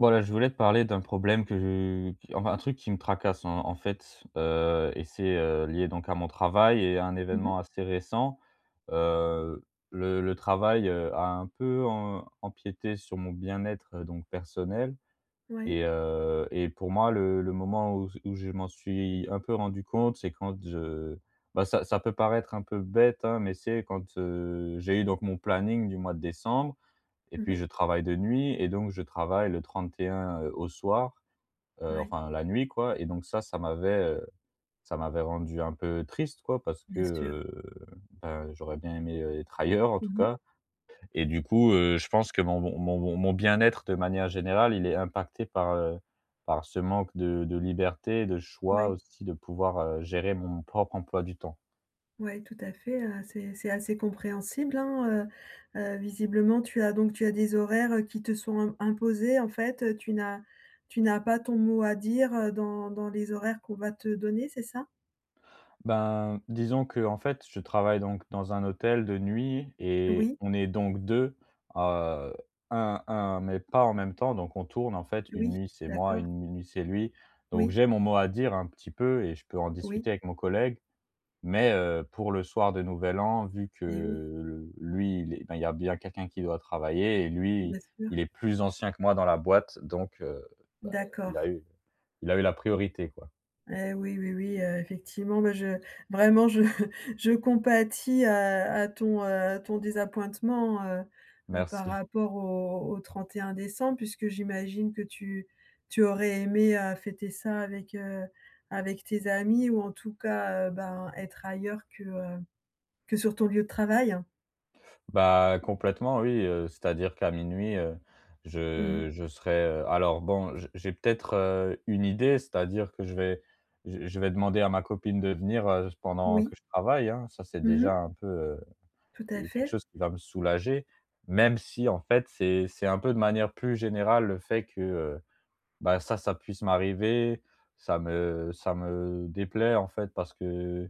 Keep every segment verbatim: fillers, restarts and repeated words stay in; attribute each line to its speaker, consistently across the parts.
Speaker 1: Voilà, je voulais te parler d'un problème que je qui enfin, un truc qui me tracasse en en fait, heu et c'est, heu, lié donc à mon travail et à un
Speaker 2: Mmh mh.
Speaker 1: événement assez récent. Heu, le le travail, heu, a un peu em empiété sur mon bien-être, heu, donc personnel
Speaker 2: Ouais.
Speaker 1: et heu et pour moi, le le moment où où je m'en suis un peu rendu compte, c'est quand je bah, ça ça peut paraître un peu bête, hein, mais c'est quand, heu, j'ai eu donc mon planning du mois de décembre et
Speaker 2: Mmh
Speaker 1: puis
Speaker 2: mh.
Speaker 1: je travaille de nuit et donc je travaille le trente et un, heu, au soir, heu,
Speaker 2: Ouais,
Speaker 1: enfin la nuit quoi et donc ça, ça m'avait, heu, ça m'avait rendu un peu triste quoi parce que,
Speaker 2: bien sûr.
Speaker 1: heu, ben, j'aurais bien aimé, heu, être ailleurs en tout
Speaker 2: Mmh
Speaker 1: cas
Speaker 2: mh.
Speaker 1: et du coup, heu, je pense que mon mon mon mon bien-être de manière générale, il est impacté par, heu, par ce manque de de liberté, de choix
Speaker 2: Ouais,
Speaker 1: aussi de pouvoir, heu, gérer mon propre emploi du temps.
Speaker 2: ouais, tout à fait, heu, c'est c'est assez compréhensible, hein, heu heu, visiblement, tu as donc tu as des horaires, heu, qui te sont im imposés, en fait, heu, tu n'as tu n'as pas ton mot à dire, heu, dans dans les horaires qu'on va te donner, c'est ça?
Speaker 1: Ben, disons que en fait, je travaille donc dans un hôtel de nuit et
Speaker 2: Oui,
Speaker 1: on est donc deux, heu, un un mais pas en même temps, donc on tourne en fait. Une
Speaker 2: oui,
Speaker 1: nuit, c'est moi,
Speaker 2: d'accord.
Speaker 1: une nuit, c'est lui. Donc
Speaker 2: Oui,
Speaker 1: j'ai mon mot à dire un petit peu et je peux en
Speaker 2: oui,
Speaker 1: discuter avec mon collègue. Mais, heu, pour le soir de Nouvel An, vu que
Speaker 2: et oui,
Speaker 1: le lui, il est ben, il y a bien quelqu'un qui doit travailler et lui,
Speaker 2: bien sûr.
Speaker 1: il est plus ancien que moi dans la boîte, donc, heu, bah, il
Speaker 2: D'accord.
Speaker 1: a eu il a eu la priorité, quoi.
Speaker 2: Eh oui, oui, oui, heu, effectivement, bah, je vraiment je je compatis à à ton, heu, à ton désappointement, heu heu, par
Speaker 1: Merci.
Speaker 2: rapport au au trente et un décembre puisque j'imagine que tu tu aurais aimé, heu, fêter ça avec, heu, avec tes amis, ou en tout cas, heu, ben, être ailleurs que, heu, que sur ton lieu de travail?
Speaker 1: Bah, complètement oui, heu, c'est-à-dire qu'à minuit, heu,
Speaker 2: Mmh.
Speaker 1: je je serai, heu alors bon, j j'ai peut-être, heu, une idée, c'est-à-dire que je vais je je vais demander à ma copine de venir, heu, pendant
Speaker 2: Oui.
Speaker 1: que je travaille, hein. Ça, c'est déjà
Speaker 2: Mmh.
Speaker 1: un peu,
Speaker 2: Tout à
Speaker 1: heu, quelque
Speaker 2: fait.
Speaker 1: chose qui va me soulager, même si en fait, c'est c'est un peu de manière plus générale le fait que, heu, bah, ça ça puisse m'arriver, ça me ça me déplaît en fait parce que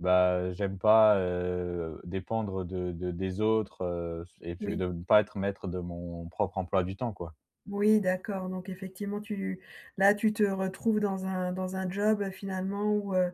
Speaker 1: bah, j'aime pas, heu, dépendre de de des autres, heu, et puis
Speaker 2: Oui.
Speaker 1: de ne pas être maître de mon propre emploi du temps, quoi.
Speaker 2: Oui, d'accord, donc effectivement tu là, tu te retrouves dans un dans un job, heu, finalement où, euh,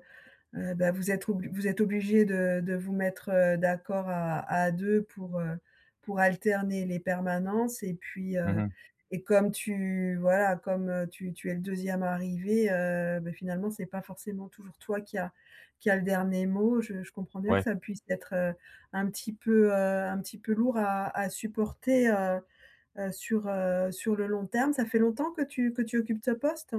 Speaker 2: Heu, bah, vous êtes obli vous êtes obligé de de vous mettre, heu, d'accord à à deux pour, heu, pour alterner les permanences, et puis, heu
Speaker 1: Mmh.
Speaker 2: et comme tu voilà, comme, heu, tu tu es le deuxième arrivé, heu, beh, finalement, c'est pas forcément toujours toi qui a qui a le dernier mot. Je je comprends bien que
Speaker 1: Ouais.
Speaker 2: ça puisse être, heu, un petit peu, heu, un petit peu lourd à à supporter, heu heu, sur, heu, sur le long terme. Ça fait longtemps que tu que tu occupes ce poste?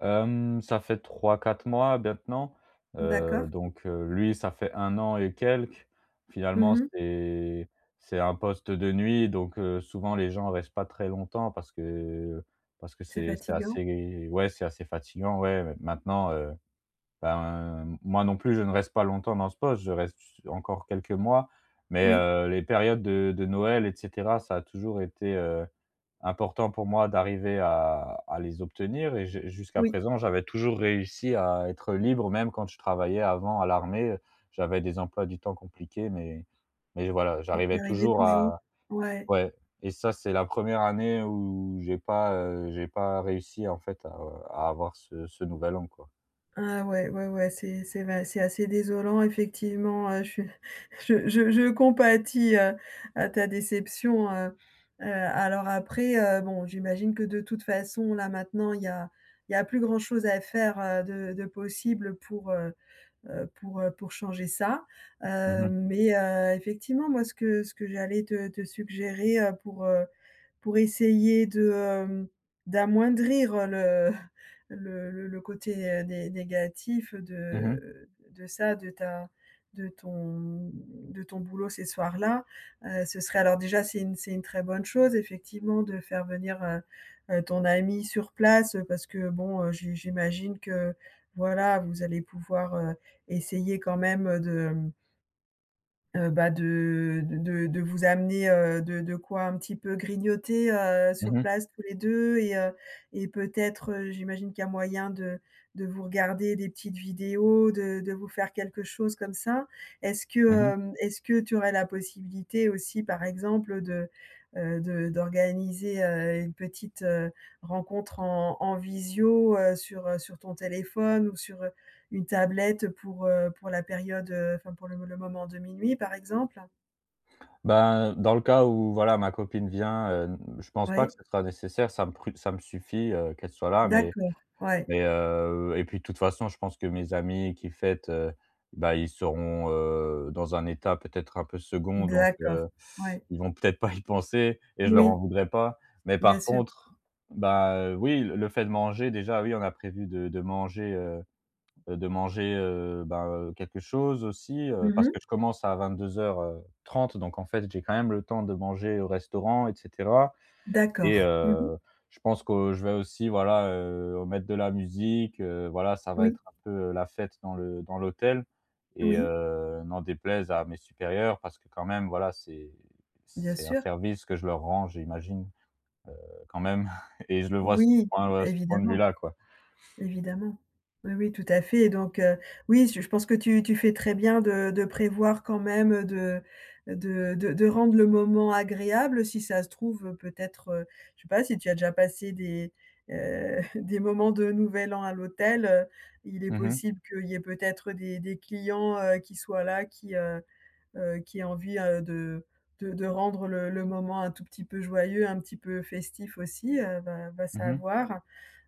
Speaker 1: Hem, ça fait trois quatre mois maintenant,
Speaker 2: D'accord.
Speaker 1: heu, donc heu, lui, ça fait un an et quelques. Finalement,
Speaker 2: Mmh.
Speaker 1: c'est c'est un poste de nuit, donc heu, souvent les gens restent pas très longtemps parce que parce que
Speaker 2: C'est
Speaker 1: c'est c'est
Speaker 2: fatigant?
Speaker 1: assez ouais, c'est assez fatigant, ouais. Maintenant, heu ben, euh, moi non plus, je ne reste pas longtemps dans ce poste, je reste encore quelques mois, mais
Speaker 2: Oui,
Speaker 1: heu, les périodes de de Noël et cetera, ça a toujours été, heu, important pour moi d'arriver à à les obtenir et je jusqu'à
Speaker 2: oui.
Speaker 1: présent, j'avais toujours réussi à être libre, même quand je travaillais avant à l'armée, heu, j'avais des emplois du temps compliqués, mais mais voilà,
Speaker 2: C'est
Speaker 1: j'arrivais
Speaker 2: arrivé
Speaker 1: toujours
Speaker 2: toujours.
Speaker 1: à
Speaker 2: Ouais.
Speaker 1: ouais et ça, c'est la première année où j'ai pas, heu, j'ai pas réussi en fait à à avoir ce ce nouvel an, quoi.
Speaker 2: Ah ouais, ouais, ouais, c'est c'est va c'est assez désolant effectivement, heu, je suis je je je compatis, heu, à ta déception, heu heu, alors après, heu, bon, j'imagine que de toute façon là maintenant il y a il y a plus grand chose à faire, heu, de de possible pour, heu heu, pour, heu, pour changer ça,
Speaker 1: Mmh
Speaker 2: heu,
Speaker 1: mh.
Speaker 2: mais heu, effectivement moi ce que ce que j'allais te te suggérer, heu, pour, heu pour essayer de, hem, d'amoindrir le le le le côté, heu, né négatif
Speaker 1: Mmh mh.
Speaker 2: de de ça, de ta de ton de ton boulot ces soirs-là. Heu, ce serait alors déjà, c'est une c'est une très bonne chose effectivement de faire venir, heu heu, ton ami sur place, heu, parce que bon, heu, j'i j'imagine que voilà, vous allez pouvoir, heu, essayer quand même, de... Heu, bah, de de de vous amener, heu, de de quoi un petit peu grignoter, heu, sur
Speaker 1: Mmh mh.
Speaker 2: place tous les deux, et heu et peut-être, heu, j'imagine qu'il y a moyen de de vous regarder des petites vidéos, de de vous faire quelque chose comme ça. Est-ce que,
Speaker 1: Mmh.
Speaker 2: hem, est-ce que tu aurais la possibilité aussi, par exemple, de, heu, de d'organiser, heu, une petite, heu, rencontre en en visio, heu, sur, heu, sur ton téléphone ou sur une tablette pour, heu, pour la période, heu, enfin pour le le moment de minuit, par exemple?
Speaker 1: Ben, dans le cas où voilà, ma copine vient, heu, je pense pas
Speaker 2: Oui,
Speaker 1: que ce sera nécessaire, ça me pru ça me suffit, heu, qu'elle soit là, mais
Speaker 2: d'accord, ouais,
Speaker 1: mais heu et puis de toute façon, je pense que mes amis qui fêtent, heu, bah, ils seront, heu, dans un état peut-être un peu second, donc
Speaker 2: d'accord,
Speaker 1: heu,
Speaker 2: ouais,
Speaker 1: ils vont peut-être pas y penser et je leur en
Speaker 2: oui,
Speaker 1: voudrais pas. Mais
Speaker 2: bien
Speaker 1: par
Speaker 2: sûr.
Speaker 1: contre, bah, heu, oui, le le fait de manger déjà, oui, on a prévu de de manger, euh, heu, de manger, heu, ben, heu, quelque chose aussi, heu, parce
Speaker 2: Mmh.
Speaker 1: que je commence à vingt-deux heures euh, trente donc en fait, j'ai quand même le temps de manger au restaurant et cetera et
Speaker 2: D'accord. Mmh.
Speaker 1: heu, je pense que je vais aussi, voilà, heu, mettre de la musique, heu, voilà, ça va
Speaker 2: Oui,
Speaker 1: être un peu euh, la fête dans le dans l'hôtel et
Speaker 2: oui,
Speaker 1: heu, n'en déplaise à mes supérieurs parce que quand même, voilà, c'est
Speaker 2: bien
Speaker 1: c'est un
Speaker 2: sûr.
Speaker 1: service que je leur rends, j'imagine, heu, quand même et je le vois à ce
Speaker 2: Oui,
Speaker 1: point, heu, ce point de
Speaker 2: évidemment.
Speaker 1: vue-là, quoi.
Speaker 2: Évidemment. Oui, oui, tout à fait et donc heu, oui, je je pense que tu tu fais très bien de de prévoir quand même, de de de de rendre le moment agréable. Si ça se trouve, heu, peut-être, heu, je sais pas si tu as déjà passé des, heu, des moments de Nouvel An à l'hôtel, heu, il est
Speaker 1: Mmh mh.
Speaker 2: possible qu'il y ait peut-être des des clients, heu, qui soient là, qui, heu heu, qui aient envie, heu, de de de rendre le le moment un tout petit peu joyeux, un petit peu festif aussi, heu, va va
Speaker 1: Mmh.
Speaker 2: savoir.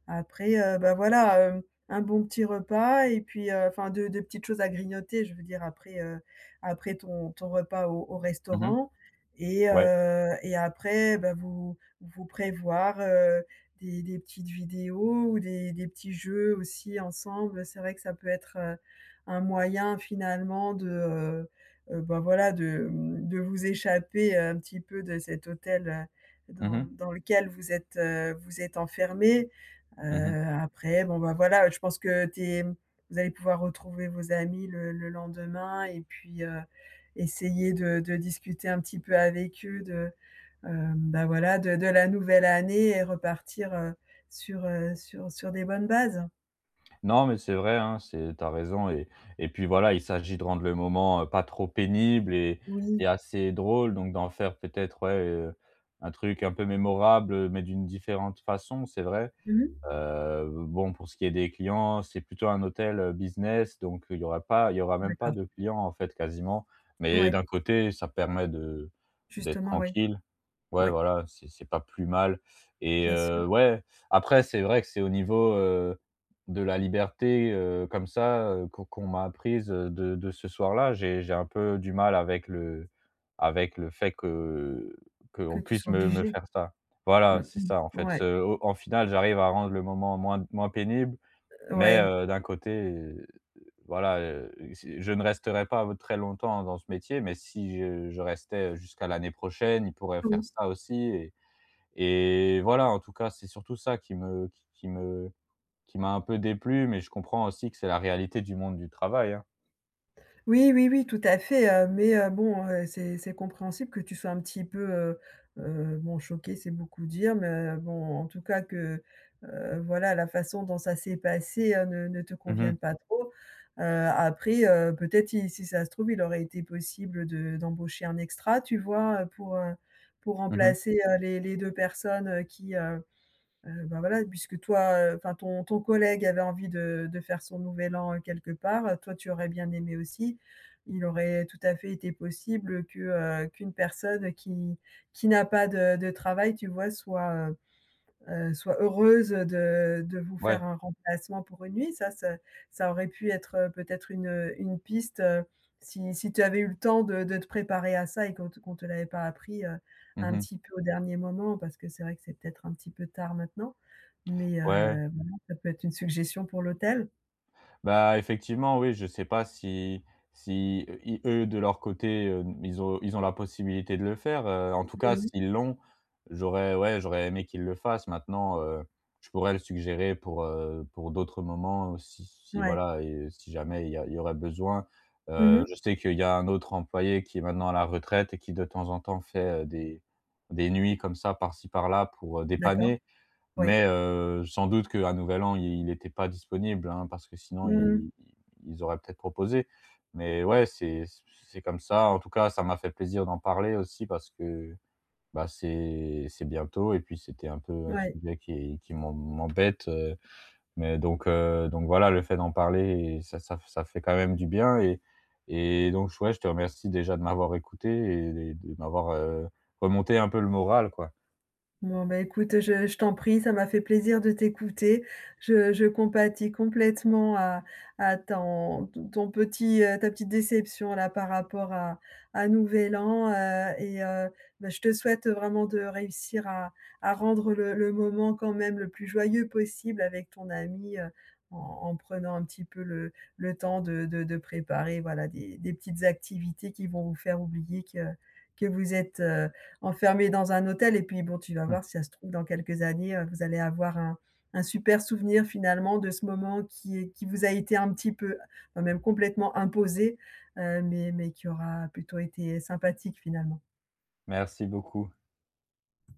Speaker 2: Après, heu, bah, voilà, heu, un bon petit repas et puis, heu, enfin de de petites choses à grignoter, je veux dire après, heu, après ton ton repas au au
Speaker 1: Mmh.
Speaker 2: restaurant, et
Speaker 1: Ouais.
Speaker 2: heu et après, bah, vous vous prévoir, heu, des des petites vidéos ou des des petits jeux aussi ensemble. C'est vrai que ça peut être, heu, un moyen finalement de, heu heu, bah, voilà de, mmh, de vous échapper un petit peu de cet hôtel, heu,
Speaker 1: Mmh
Speaker 2: dans
Speaker 1: mh.
Speaker 2: dans lequel vous êtes, heu, vous êtes enfermé
Speaker 1: Mmh.
Speaker 2: Heu, après, bon, bah, voilà, je pense que tu es vous allez pouvoir retrouver vos amis le le lendemain et puis, heu, essayer de de discuter un petit peu avec eux de, hem, bah, voilà, de de la nouvelle année et repartir, heu, sur, heu, sur sur des bonnes bases.
Speaker 1: Non, mais c'est vrai, hein, c'est t'as raison et et puis voilà, il s'agit de rendre le moment, heu, pas trop pénible et et
Speaker 2: Oui.
Speaker 1: assez drôle, donc d'en faire peut-être, ouais, heu, un truc un peu mémorable, mais d'une différente façon, c'est vrai.
Speaker 2: Mmh mh.
Speaker 1: Heu, bon, pour ce qui est des clients, c'est plutôt un hôtel, heu, business, donc il y aura pas il y aura même pas
Speaker 2: D'accord.
Speaker 1: de clients, en fait, quasiment, mais
Speaker 2: Ouais,
Speaker 1: d'un côté, ça permet de d'être
Speaker 2: justement, ouais.
Speaker 1: tranquille. Ouais,
Speaker 2: Ouais,
Speaker 1: voilà, c'est c'est pas plus mal et
Speaker 2: bien sûr,
Speaker 1: heu, ouais, après c'est vrai que c'est au niveau, heu, de la liberté, heu, comme ça, heu, qu'on qu'on m'a apprise, heu, de de ce soir-là. J'ai j'ai un peu du mal avec le avec le fait que
Speaker 2: que
Speaker 1: qu'on
Speaker 2: tu
Speaker 1: puisse
Speaker 2: sois
Speaker 1: me me
Speaker 2: obligée.
Speaker 1: faire ça.
Speaker 2: Mmh
Speaker 1: Voilà, c'est ça en
Speaker 2: mh.
Speaker 1: fait,
Speaker 2: Ouais,
Speaker 1: ce au en finale, j'arrive à rendre le moment moins moins pénible, mais
Speaker 2: ouais,
Speaker 1: heu, d'un côté voilà, heu, c'est je ne resterai pas très longtemps dans ce métier, mais si je je restais jusqu'à l'année prochaine, il pourrait faire
Speaker 2: oui.
Speaker 1: ça aussi et et voilà, en tout cas, c'est surtout ça qui me qui qui me qui m'a un peu déplu, mais je comprends aussi que c'est la réalité du monde du travail, hein.
Speaker 2: Oui, oui, oui, tout à fait, heu, mais heu, bon, heu, c'est c'est compréhensible que tu sois un petit peu, heu heu, bon, choqué. C'est beaucoup dire, mais heu, bon, en tout cas que, heu, voilà, la façon dont ça s'est passé, heu, ne ne te
Speaker 1: Mhm, mh.
Speaker 2: convienne pas trop. Heu, après, heu, peut-être i si ça se trouve, il aurait été possible de d'embaucher un extra, tu vois? Heu, pour, heu, pour
Speaker 1: Mmh.
Speaker 2: remplacer, heu, les les deux personnes, heu, qui, heu Heu, bah, voilà, puisque toi, euh, enfin ton ton collègue avait envie de de faire son nouvel an, heu, quelque part, heu, toi tu aurais bien aimé aussi. Il aurait tout à fait été possible que, heu, qu'une personne qui qui n'a pas de de travail, tu vois, soit, heu, heu, soit heureuse de de vous faire
Speaker 1: Ouais.
Speaker 2: un remplacement pour une nuit. Ça ça ça aurait pu être, heu, peut-être une, heu, une piste, heu, si si tu avais eu le temps de de te préparer à ça et qu'on te qu'on te l'avait pas appris, heu, un
Speaker 1: Mhm.
Speaker 2: petit peu au dernier moment, parce que c'est vrai que c'est peut-être un petit peu tard maintenant, mais
Speaker 1: Ouais.
Speaker 2: heu, voilà, ça peut être une suggestion pour l'hôtel.
Speaker 1: Bah, effectivement, oui, je sais pas si si, heu, i eux, de leur côté, heu, ils ont ils ont la possibilité de le faire, heu, en tout cas,
Speaker 2: Mmh.
Speaker 1: s'ils l'ont, j'aurais ouais, j'aurais aimé qu'ils le fassent. Maintenant, heu, je pourrais le suggérer pour, heu, pour d'autres moments, heu, si si
Speaker 2: Ouais.
Speaker 1: voilà et si jamais il y a il y aurait besoin. Heu,
Speaker 2: Mmh.
Speaker 1: je sais qu'il y a un autre employé qui est maintenant à la retraite et qui, de temps en temps, fait, heu, des des nuits comme ça, par-ci par-là, pour, heu,
Speaker 2: D'accord.
Speaker 1: dépanner.
Speaker 2: Oui.
Speaker 1: Mais heu, sans doute qu'à Nouvel An, il était pas disponible, hein, parce que sinon
Speaker 2: Mmh.
Speaker 1: i i ils auraient peut-être proposé. Mais ouais, c'est c'est comme ça. En tout cas, ça m'a fait plaisir d'en parler aussi parce que, bah, c'est c'est bientôt et puis c'était un peu un
Speaker 2: Ouais.
Speaker 1: sujet qui qui m'em m'embête, heu, mais donc heu, donc voilà, le fait d'en parler, ça ça ça fait quand même du bien et et donc ouais, je te remercie déjà de m'avoir écouté et de de m'avoir, heu, remonté un peu le moral, quoi.
Speaker 2: Bon, bah, écoute, je je t'en prie, ça m'a fait plaisir de t'écouter. Je je compatis complètement à à ton ton petit, heu, ta petite déception là par rapport à à Nouvel An, heu et heu, bah, je te souhaite vraiment de réussir à à rendre le le moment quand même le plus joyeux possible avec ton ami, heu, en en prenant un petit peu le le temps de de de préparer, voilà, des des petites activités qui vont vous faire oublier que que vous êtes, heu enfermé dans un hôtel. Et puis, bon, tu vas voir, si ça se trouve, dans quelques années, euh, vous allez avoir un un super souvenir finalement de ce moment qui est qui vous a été un petit peu, enfin même complètement imposé, heu, mais mais qui aura plutôt été sympathique finalement.
Speaker 1: Merci beaucoup.